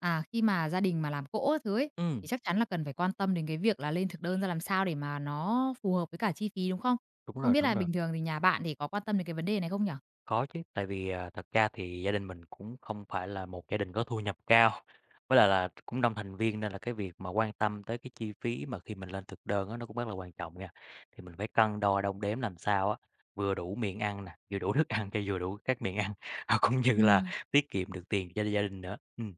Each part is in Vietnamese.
À, khi mà gia đình mà làm cỗ các thứ ấy, thì Ừm, chắc chắn là cần phải quan tâm đến cái việc là lên thực đơn ra làm sao để mà nó phù hợp với cả chi phí, đúng không? Không biết đúng là rồi, bình thường thì nhà bạn thì có quan tâm đến cái vấn đề này không nhở? có chứ, tại vì, thật ra thì gia đình mình cũng không phải là một gia đình có thu nhập cao, với lại là cũng đông thành viên nên là cái việc mà quan tâm tới cái chi phí mà khi mình lên thực đơn á, nó cũng rất là quan trọng nha. Thì mình phải cân đo đong đếm làm sao á, vừa đủ miệng ăn nè, vừa đủ thức ăn cho vừa đủ các miệng ăn, và cũng như là Ừm. tiết kiệm được tiền cho gia đình nữa.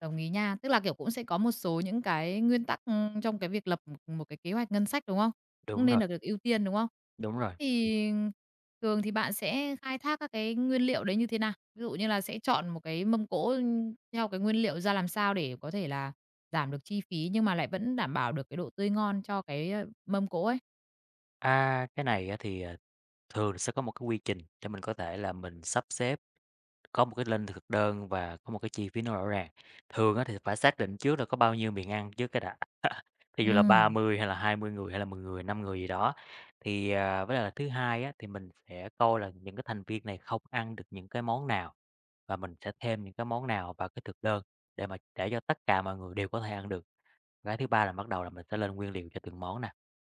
Đồng ý nha. Tức là, kiểu, cũng sẽ có một số những cái nguyên tắc, trong cái việc lập một một cái kế hoạch ngân sách, đúng không? Cũng Đúng nên rồi, là được ưu tiên, đúng không? đúng rồi. Ừm. Thì thường thì bạn sẽ khai thác các cái nguyên liệu đấy như thế nào? Ví dụ như là sẽ chọn một cái mâm cỗ, theo cái nguyên liệu ra làm sao để có thể là giảm được chi phí nhưng mà lại vẫn đảm bảo được cái độ tươi ngon cho cái, mâm cỗ ấy? Cái này á thì, thường sẽ có một cái quy trình để mình có thể là mình sắp xếp. Có một cái lên thực đơn và có một cái chi phí nó rõ ràng. Thường á thì phải xác định trước là có bao nhiêu miệng ăn trước cái đã. Thí Ừ, dụ là 30 hay là 20 người hay là 10 người, 5 người gì đó. Thì, với lại là thứ hai á, thì mình sẽ coi là những cái thành viên này không ăn được những cái món nào và mình sẽ thêm những cái món nào vào cái thực đơn để mà để cho tất cả mọi người đều có thể ăn được. Cái thứ ba là bắt đầu là mình sẽ lên nguyên liệu cho từng món nè,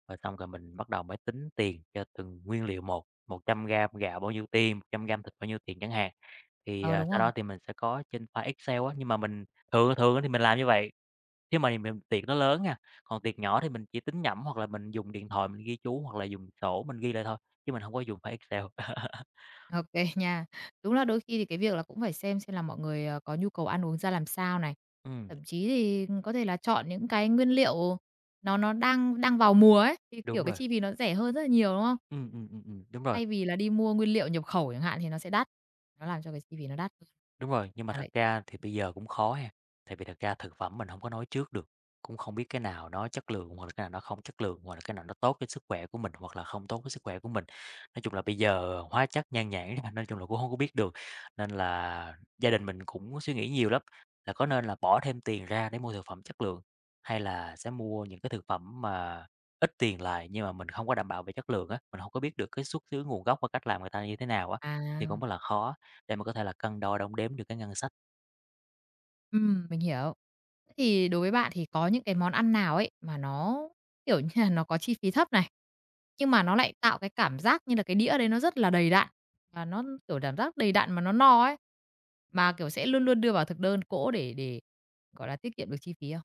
rồi xong rồi mình bắt đầu mới tính tiền cho từng nguyên liệu một trăm g gạo bao nhiêu tiền, 100 g thịt bao nhiêu tiền chẳng hạn. Thì, ờ, đúng sau rồi. đó thì mình sẽ có trên file Excel á, nhưng mà mình thường thường á thì mình làm như vậy, nếu mà mình tiệc nó lớn nha, còn tiệc nhỏ thì mình chỉ tính nhẩm hoặc là mình dùng điện thoại mình ghi chú hoặc là dùng sổ mình ghi lại thôi, chứ mình hông có dùng file Excel. OK nha. Đúng là đôi khi thì cái việc là cũng phải xem là mọi người, ờ, có nhu cầu ăn uống ra làm sao này. Ừm, Thậm chí thì ừ, có thể là chọn những cái nguyên liệu nó đang đang vào mùa ấy, thì, kiểu, đúng cái rồi. chi phí nó rẻ hơn rất là nhiều, đúng không? Đúng rồi. Thay vì là đi mua nguyên liệu nhập khẩu chẳng hạn thì nó sẽ đắt, nó làm cho cái chi phí nó đắt hơn. Đúng rồi, nhưng mà Mà thật lại ra thì bây giờ cũng khó ha, tại vì thật ra thực phẩm mình không có nói trước được, cũng không biết cái nào nó chất lượng hoặc là cái nào nó không chất lượng, hoặc là cái nào nó tốt với sức khỏe của mình hoặc là không tốt với sức khỏe của mình. Nói chung là bây giờ hóa chất nhan nhản ra, nói chung là cũng không có biết được, nên là gia đình mình cũng suy nghĩ nhiều lắm, là có nên là bỏ thêm tiền ra để mua thực phẩm chất lượng, hay là sẽ mua những cái thực phẩm mà ít tiền lại nhưng mà mình không có đảm bảo về chất lượng á, mình không có biết được cái xuất xứ nguồn gốc và cách làm người ta như thế nào á, thì à, cũng rất là khó để mà có thể là cân đo đong đếm được cái ngân sách. Mình hiểu. Thế thì đối với bạn thì có những cái món ăn nào ấy mà nó, kiểu như là, nó có chi phí thấp này, nhưng mà nó lại tạo cái cảm giác như là cái đĩa đấy nó rất là đầy đặn, và nó, kiểu, cảm giác đầy đặn mà nó no ấy, mà, kiểu, sẽ luôn luôn đưa vào thực đơn cỗ để, gọi là, tiết kiệm được chi phí không?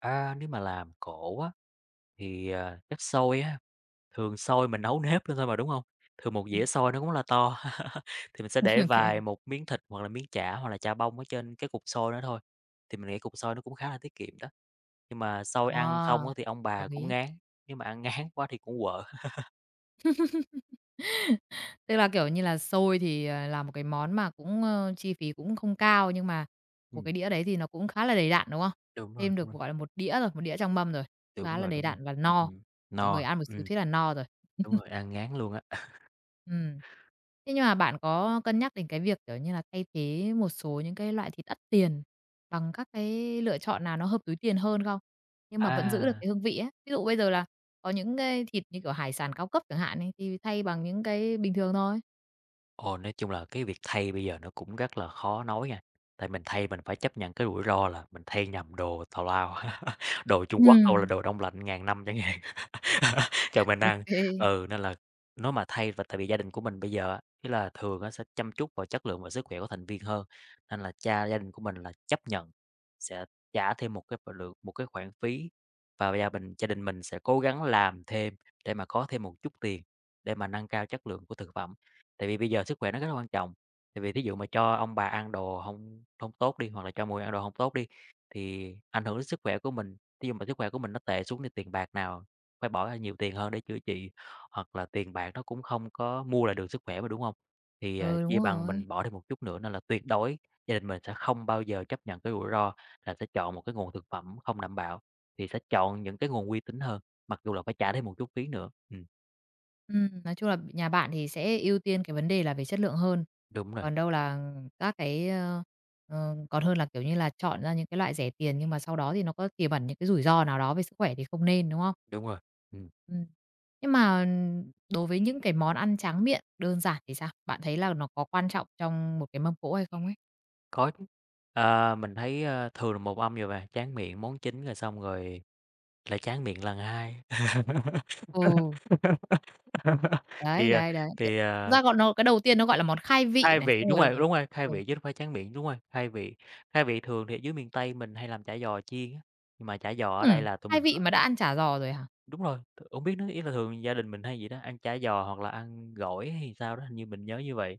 À nếu mà làm cổ á, thì, chắc xôi á, thường xôi mình nấu nếp lên thôi mà, đúng không? Thường một Ừm, dĩa xôi nó cũng là to, thì mình sẽ để OK. vài một miếng thịt hoặc là miếng chả hoặc là chả bông ở trên cái cục xôi đó thôi, thì mình nghĩ cục xôi nó cũng khá là tiết kiệm đó. Nhưng mà xôi ăn không Ờ, á thì ông bà đồng cũng ý. ngán, nếu mà ăn ngán quá thì cũng quợ. Tức là, kiểu như là, xôi thì, ờ, là một cái món mà cũng, chi phí cũng không cao, nhưng mà một Ừm, cái đĩa đấy thì nó cũng khá là đầy đặn, đúng không? đúng rồi, Thêm đúng được, rồi, gọi là, một đĩa rồi, một đĩa trong mâm rồi, đúng khá là rồi, đầy đúng rồi. đặn và Ừm, no. ừm, Mọi người no, ăn một xíu thế là no rồi. đúng rồi, ăn ngán luôn á. Ừm. Thế nhưng mà bạn có cân nhắc đến cái việc, kiểu như là, thay thế một số những cái loại thịt đắt tiền bằng các cái lựa chọn nào nó hợp túi tiền hơn không? Nhưng mà vẫn giữ được À. cái hương vị ấy. Ví dụ bây giờ là có những cái thịt như, kiểu, hải sản cao cấp chẳng hạn ấy, thì thay bằng những cái bình thường thôi. Ồ, nói chung là cái việc thay bây giờ nó cũng rất là khó nói nha. Tại mình thay mình phải chấp nhận cái rủi ro là mình thay nhầm đồ tào lao, đồ Trung Quốc hoặc là Ừm. đồ đông lạnh ngàn năm chẳng hạn. Chồng mình Ok ăn, kê. ừ, nên là nếu mà thay và tại vì gia đình của mình bây giờ á, ý là thường nó sẽ chăm chút vào chất lượng và sức khỏe của thành viên hơn, nên là cha gia đình của mình là chấp nhận sẽ trả thêm một cái khoản phí và gia đình mình sẽ cố gắng làm thêm để mà có thêm một chút tiền để mà nâng cao chất lượng của thực phẩm. Tại vì bây giờ sức khỏe nó rất là quan trọng, tại vì thí dụ mà cho ông bà ăn đồ không không tốt đi, hoặc là cho mọi người ăn đồ không tốt đi, thì ảnh hưởng đến sức khỏe của mình, thí dụ mà sức khỏe của mình nó tệ xuống thì tiền bạc nào phải bỏ ra nhiều tiền hơn để chữa trị, hoặc là tiền bạc nó cũng không có mua lại được sức khỏe mà, đúng không? Thì, Ừ, đúng chia bằng rồi. mình bỏ thêm một chút nữa nên là tuyệt đối gia đình mình sẽ không bao giờ chấp nhận cái rủi ro là sẽ chọn một cái nguồn thực phẩm không đảm bảo, thì sẽ chọn những cái nguồn uy tín hơn, mặc dù là phải trả thêm một chút phí nữa. Nói chung là nhà bạn thì sẽ ưu tiên cái vấn đề là về chất lượng hơn, đúng rồi, còn đâu là các cái, còn hơn là, kiểu như là, chọn ra những cái loại rẻ tiền nhưng mà sau đó thì nó có tiềm ẩn những cái rủi ro nào đó về sức khỏe thì không nên, đúng không? đúng rồi, ừm, Ừm. Nhưng mà đối với những cái món ăn tráng miệng đơn giản thì sao? Bạn thấy là nó có quan trọng trong một cái mâm cỗ hay không ấy? có chứ. À, mình thấy, thường là một âm rồi mà, tráng miệng, món chính rồi xong rồi lại tráng miệng lần hai. Ừ, đấy, Thì, à đấy, đấy, kiểu, thì, thực à ra gọi nó cái đầu tiên nó gọi là món khai vị Khai này, vị, xong rồi là đúng rồi, khai ừ, vị chứ đâu phải tráng miệng, đúng rồi, khai vị. Khai vị thường thì ở dưới miền Tây mình hay làm chả giò chiên á, nhưng mà chả giò ở ừm, đây là tụi khai mình. vị mà đã ăn chả giò rồi hả? Đúng rồi, hổng biết nữa, ý là thường gia đình mình hay vậy đó, ăn chả giò hoặc là ăn gỏi hay sao đó, hình như mình nhớ như vậy.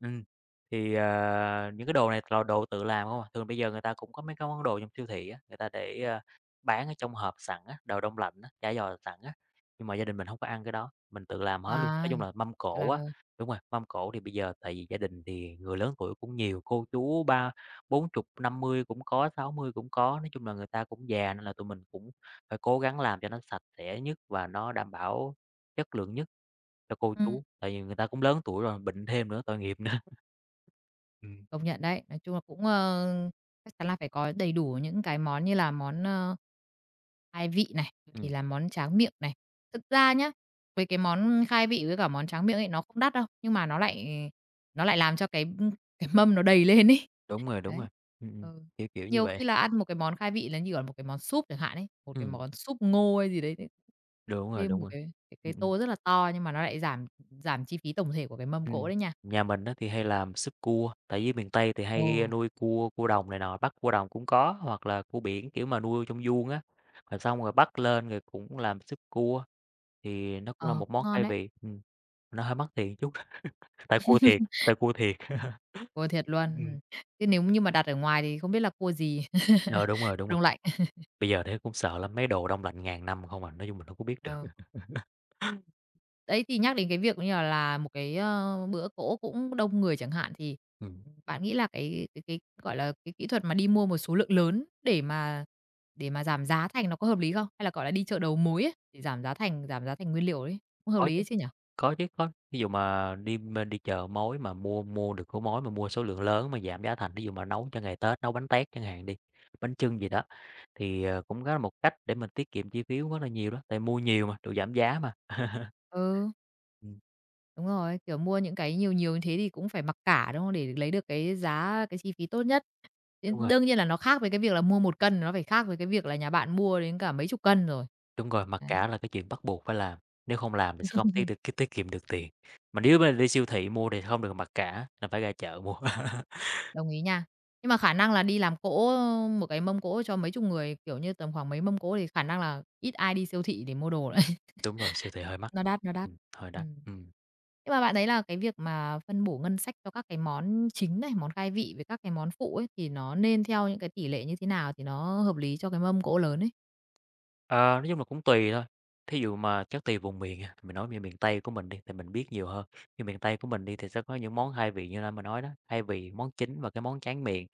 Ừm, thì, những cái đồ này là đồ tự làm hông à, thường bây giờ người ta cũng có mấy cái món đồ trong siêu thị á, người ta để, bán ở trong hộp sẵn á, đồ đông lạnh á, chả giò sẵn á, nhưng mà gia đình mình không có ăn cái đó, mình tự làm hết luôn. À, Nói chung là mâm hiểu cỗ làm á, rồi. đúng rồi, mâm cỗ thì bây giờ tại vì gia đình thì người lớn tuổi cũng nhiều, cô chú ba bốn chục, 50 cũng có, 60 cũng có, nói chung là người ta cũng già nên là tụi mình cũng phải cố gắng làm cho nó sạch sẽ nhất và nó đảm bảo chất lượng nhất cho cô Ừm. chú, tại vì người ta cũng lớn tuổi rồi, bệnh thêm nữa, tội nghiệp nữa. Ừm. Công nhận đấy, nói chung là cũng, ờ, chắc chắn là phải có đầy đủ những cái món như là món, khai vị này, rồi thì Ừm, là món tráng miệng này. Thực ra nhá, với cái món khai vị với cả món tráng miệng ấy, nó không đắt đâu, nhưng mà nó lại làm cho cái mâm nó đầy lên ấy. Đúng Đấy. rồi, ừm, ừm, Ừ. kiểu như Nhiều vậy. khi là ăn một cái món khai vị là như, gọi là, một cái món súp chẳng hạn ấy, một cái Ừm, món súp ngô hay gì đấy thế đúng rồi, thêm đúng một rồi. cái Ừm, ừm, tô rất là to nhưng mà nó lại giảm giảm chi phí tổng thể của cái mâm cỗ ừm. đấy nha. Nhà mình á thì hay làm súp cua, tại vì miền Tây thì hay Ồ, nuôi cua, cua đồng này nọ, bắt cua đồng cũng có, hoặc là cua biển, kiểu, mà nuôi trong vuông á, rồi xong rồi bắt lên rồi cũng làm súp cua, thì nó cũng là ờ, một cũng món ngon khai đấy. vị. Nó hơi mắc tiền chút, tại cua thiệt, tại cua thiệt. Ừm. Cua thiệt luôn, Ừm. ừm. Thế nếu như mà đặt ở ngoài thì không biết là cua gì? Ờ, đúng rồi, đúng rồi. Đông lạnh. Bây giờ thế cũng sợ lắm, mấy đồ đông lạnh ngàn năm không à, nói chung mình đâu có biết được. Ờ. Đấy, thì nhắc đến cái việc như là một cái, bữa cỗ cũng đông người chẳng hạn, thì, Ừm, bạn nghĩ là cái, gọi là, cái kỹ thuật mà đi mua một số lượng lớn để mà giảm giá thành nó có hợp lý không? Hay là, gọi là, đi chợ đầu mối ấy, để giảm giá thành nguyên liệu ấy, cũng hợp có lý chứ, ấy chứ nhỉ? có chứ, có. Ví dụ mà đi bên đi chợ mối mà mua mua được của mối mà mua số lượng lớn mà giảm giá thành, ví dụ mà nấu cho ngày Tết, nấu bánh tét chẳng hạn đi, bánh chưng gì đó, thì, cũng có một cách để mình tiết kiệm chi phí rất là nhiều đó, tại mua nhiều mà, đồ giảm giá mà. Ừ. Ừm, Đúng rồi, kiểu, mua những cái nhiều nhiều như thế thì cũng phải mặc cả, đúng không? Để lấy được cái giá cái chi phí tốt nhất. Đ đúng rồi, đương nhiên là nó khác với cái việc là mua một cân, nó phải khác với cái việc là nhà bạn mua đến cả mấy chục cân rồi. đúng rồi, mặc Đấy, cả là cái chuyện bắt buộc phải làm, nếu không làm thì sẽ không tiết kiệm được tiền. Mà nếu mà đi siêu thị mua thì không được mặc cả, là phải ra chợ mua. đồng ý nha. Nhưng mà khả năng là đi làm cỗ, một cái mâm cỗ cho mấy chục người, kiểu như, tầm khoảng mấy mâm cỗ thì khả năng là ít ai đi siêu thị để mua đồ đấy. Đúng rồi, siêu thị hơi mắc. Nó đắt, nó đắt. Hơi đắt, Ừm. ừ. Nhưng mà bạn thấy là cái việc mà phân bổ ngân sách cho các cái món chính này, món khai vị với các cái món phụ ấy, thì nó nên theo những cái tỷ lệ như thế nào thì nó hợp lý cho cái mâm cỗ lớn ấy? Ờ, nói chung là cũng tùy thôi, thí dụ mà chắc tùy vùng miền á, mình nói về miền Tây của mình đi thì mình biết nhiều hơn. Như miền Tây của mình đi thì sẽ có những món hai vị như là mình nói đó, hai vị, món chính và cái món tráng miệng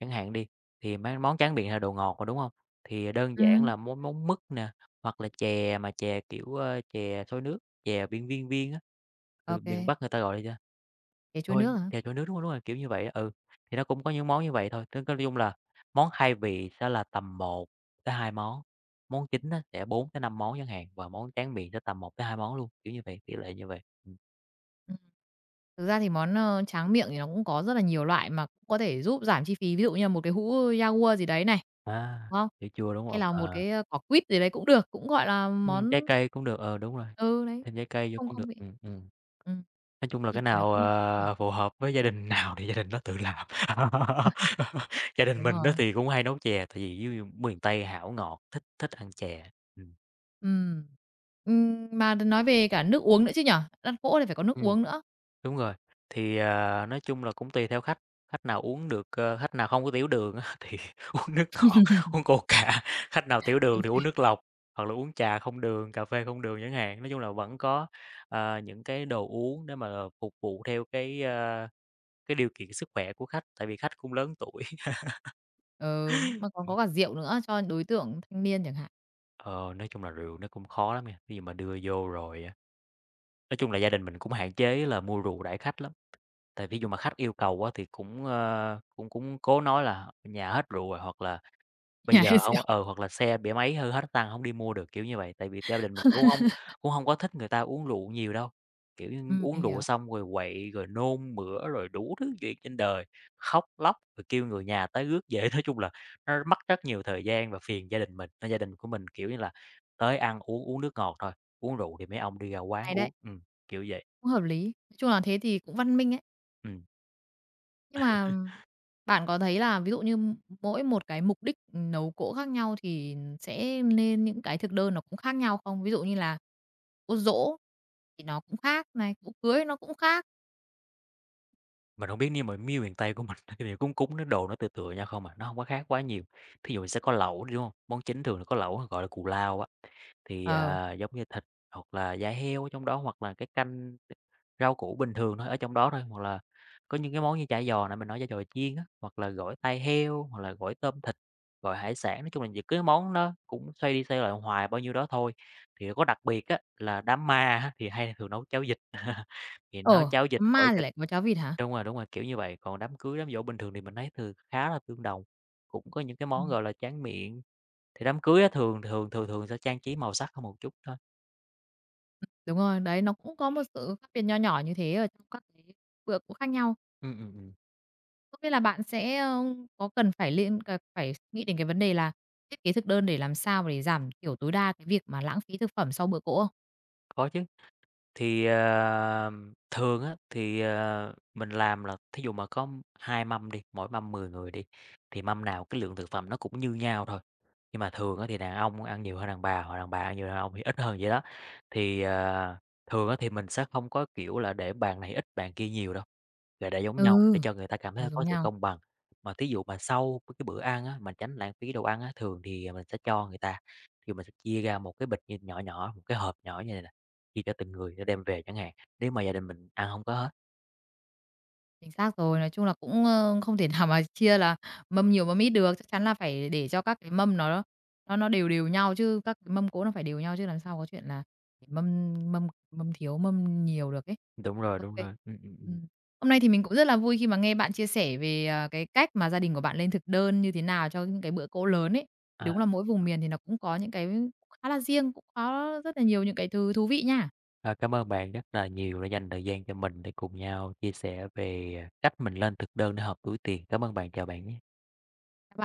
chẳng hạn đi, thì mấy món tráng miệng là đồ ngọt mà, đúng không? Thì đơn giản Ừm, là món món mứt nè, hoặc là chè, kiểu, chè xôi nước, chè viên viên viên á, ô ừ, miền Bắc người ta gọi là gì ta? cái trôi Thôi nước hả? chè trôi nước, đúng rồi, kiểu như vậy á, ừ. Thì nó cũng có những món như vậy thôi, tức nói chung là món khai vị sẽ là tầm một tới hai món, món chính á sẽ bốn tới năm món chẳng hạn, và món tráng miệng sẽ tầm một tới hai món luôn, kiểu như vậy, tỷ lệ như vậy. Ừm. Ừm. Thực ra thì món, tráng miệng thì nó cũng có rất là nhiều loại mà cũng có thể giúp giảm chi phí, ví dụ như là một cái hũ Yaourt gì đấy này, À, đúng không? sữa chua, đúng Hay hông? là một Ờ, cái, quả quýt gì đấy cũng được, cũng gọi là trái món cây cũng được, ờ, đúng rồi, ừ, đấy, thêm trái cây vô không cũng không được, bị ừm. ừm, Nói chung là chi cái phí nó nào, cũng rẻ. ờ, phù hợp với gia đình nào thì gia đình đó tự làm. Gia đình Đúng mình á rồi, thì cũng hay nấu chè, tại vì dưới miền Tây hảo ngọt, thích thích ăn chè, ừm. ừm. Mà nói về cả nước uống nữa chứ nhỉ? Ăn cỗ thì phải có nước Ừm. uống nữa. Đúng rồi, thì, à, nói chung là cũng tùy theo khách, khách nào uống được, khách nào không có tiểu đường á thì uống nước ngọt, uống Coca, khách nào tiểu đường Ừm. thì uống nước lọc, hoặc là uống trà không đường, cà phê không đường chẳng hạn. Nói chung là vẫn có, ờ, những cái đồ uống để mà phục vụ theo cái điều kiện sức khỏe của khách, tại vì khách cũng lớn tuổi. Ừ, mà còn có cả rượu nữa cho đối tượng thanh niên chẳng hạn, Ờ, nói chung là rượu nó cũng khó lắm nha, khi mà đưa vô rồi á. Nói chung là gia đình mình cũng hạn chế là mua rượu đãi khách lắm, tại ví dụ mà khách yêu cầu á thì cũng, cũng cố nói là "Nhà hết rượu rồi", hoặc là bây giờ nhái hông, rượu. ừ, hoặc là xe bị máy hư hết xăng hổng đi mua được, kiểu như vậy. Tại vì gia đình mình cũng hông có thích người ta uống rượu nhiều đâu, kiểu như, uống Mình rượu hiểu, xong rồi quậy, rồi nôn mửa, rồi đủ thứ chuyện trên đời, khóc lóc, rồi kêu người nhà tới rước về. Nói chung là nó mất rất nhiều thời gian và phiền gia đình mình, nên gia đình của mình, kiểu như là, tới ăn uống, uống nước ngọt thôi, uống rượu thì mấy ông đi ra quán hay đấy, uống, kiểu vậy, cũng hợp lý. Nói chung là thế thì cũng văn minh ấy. ừm. Nhưng mà bạn có thấy là ví dụ như mỗi một cái mục đích nấu cỗ khác nhau thì sẽ nên những cái thực đơn nó cũng khác nhau không? Ví dụ như là cỗ giỗ thì nó cũng khác này, cỗ cưới nó cũng khác. Mình không biết nhưng mà miền Tây của mình thì cúng cúng nó đồ nó tựa tựa nhau không à, nó không có khác quá nhiều. Thí dụ sẽ có lẩu đi, đúng không? Món chính thường là có lẩu, gọi là cù lao á, thì, Ờ, à, giống như thịt hoặc là da heo ở trong đó, hoặc là cái canh rau củ bình thường thôi, ở trong đó thôi, hoặc là có những cái món như chả giò nãy mình nói, chả giò chiên á, hoặc là gỏi tai heo, hoặc là gỏi tôm thịt, gỏi hải sản. Nói chung là những cái món nó cũng xoay đi xoay lại hoài bao nhiêu đó thôi. Thì có đặc biệt á là đám ma á thì hay thường nấu cháo vịt, thì nấu ờ, cháo vịt, ma gỏi thì thịt. lại có cháo vịt hả? Đúng rồi, kiểu như vậy. Còn đám cưới, đám giỗ bình thường thì mình thấy thường khá là tương đồng, cũng có những cái món, gọi là, tráng miệng. Thì đám cưới á thường thường thường thường sẽ trang trí màu sắc hơn một chút thôi. Đúng rồi, đấy, nó cũng có một sự khác biệt nho nhỏ như thế ở trong các cái bữa cỗ khác nhau. Ừm, ừm, ừm, Không biết là bạn sẽ, có cần phải liên cần phải nghĩ đến cái vấn đề là thiết kế thực đơn để làm sao để giảm thiểu tối đa cái việc mà lãng phí thực phẩm sau bữa cỗ không? có chứ. Thì, ờ, thường á, thì, ờ, mình làm là thí dụ mà có 2 mâm đi, mỗi mâm 10 người đi, thì mâm nào cái lượng thực phẩm nó cũng như nhau thôi. Nhưng mà thường á thì đàn ông ăn nhiều hơn đàn bà, hoặc đàn bà ăn nhiều hơn đàn ông thì ít hơn vậy đó. Thì, ờ, thường á thì mình sẽ không có, kiểu là, để bàn này ít bàn kia nhiều đâu, là để giống nhau, Ừ, để cho người ta cảm là thấy giống có sự nhau. công bằng. Mà thí dụ mà sau cái bữa ăn á, mà tránh lãng phí đồ ăn á, thường thì mình sẽ cho người ta, thì mình sẽ chia ra một cái bịch như nhỏ nhỏ, một cái hộp nhỏ như này nè, chia cho từng người để đem về chẳng hạn, nếu mà gia đình mình ăn không có hết. Chính xác rồi, nói chung là cũng, không thể nào mà chia là mâm nhiều mâm ít được, chắc chắn là phải để cho các cái mâm nó đều đều nhau chứ, các cái mâm cỗ nó phải đều nhau chứ làm sao có chuyện là để mâm mâm mâm thiếu, mâm nhiều được ấy. Đúng rồi, Ô đúng kê. rồi. Hôm nay thì mình cũng rất là vui khi mà nghe bạn chia sẻ về, à, cái cách mà gia đình của bạn lên thực đơn như thế nào cho những cái bữa cỗ lớn ấy. Thì À, đúng là mỗi vùng miền thì nó cũng có những cái khá là riêng, cũng có rất là nhiều những cái thứ thú vị nha. Các cảm ơn bạn rất là nhiều đã dành thời gian cho mình để cùng nhau chia sẻ về cách mình lên thực đơn để hợp túi tiền. Cảm ơn bạn, chào bạn nhé. bạn.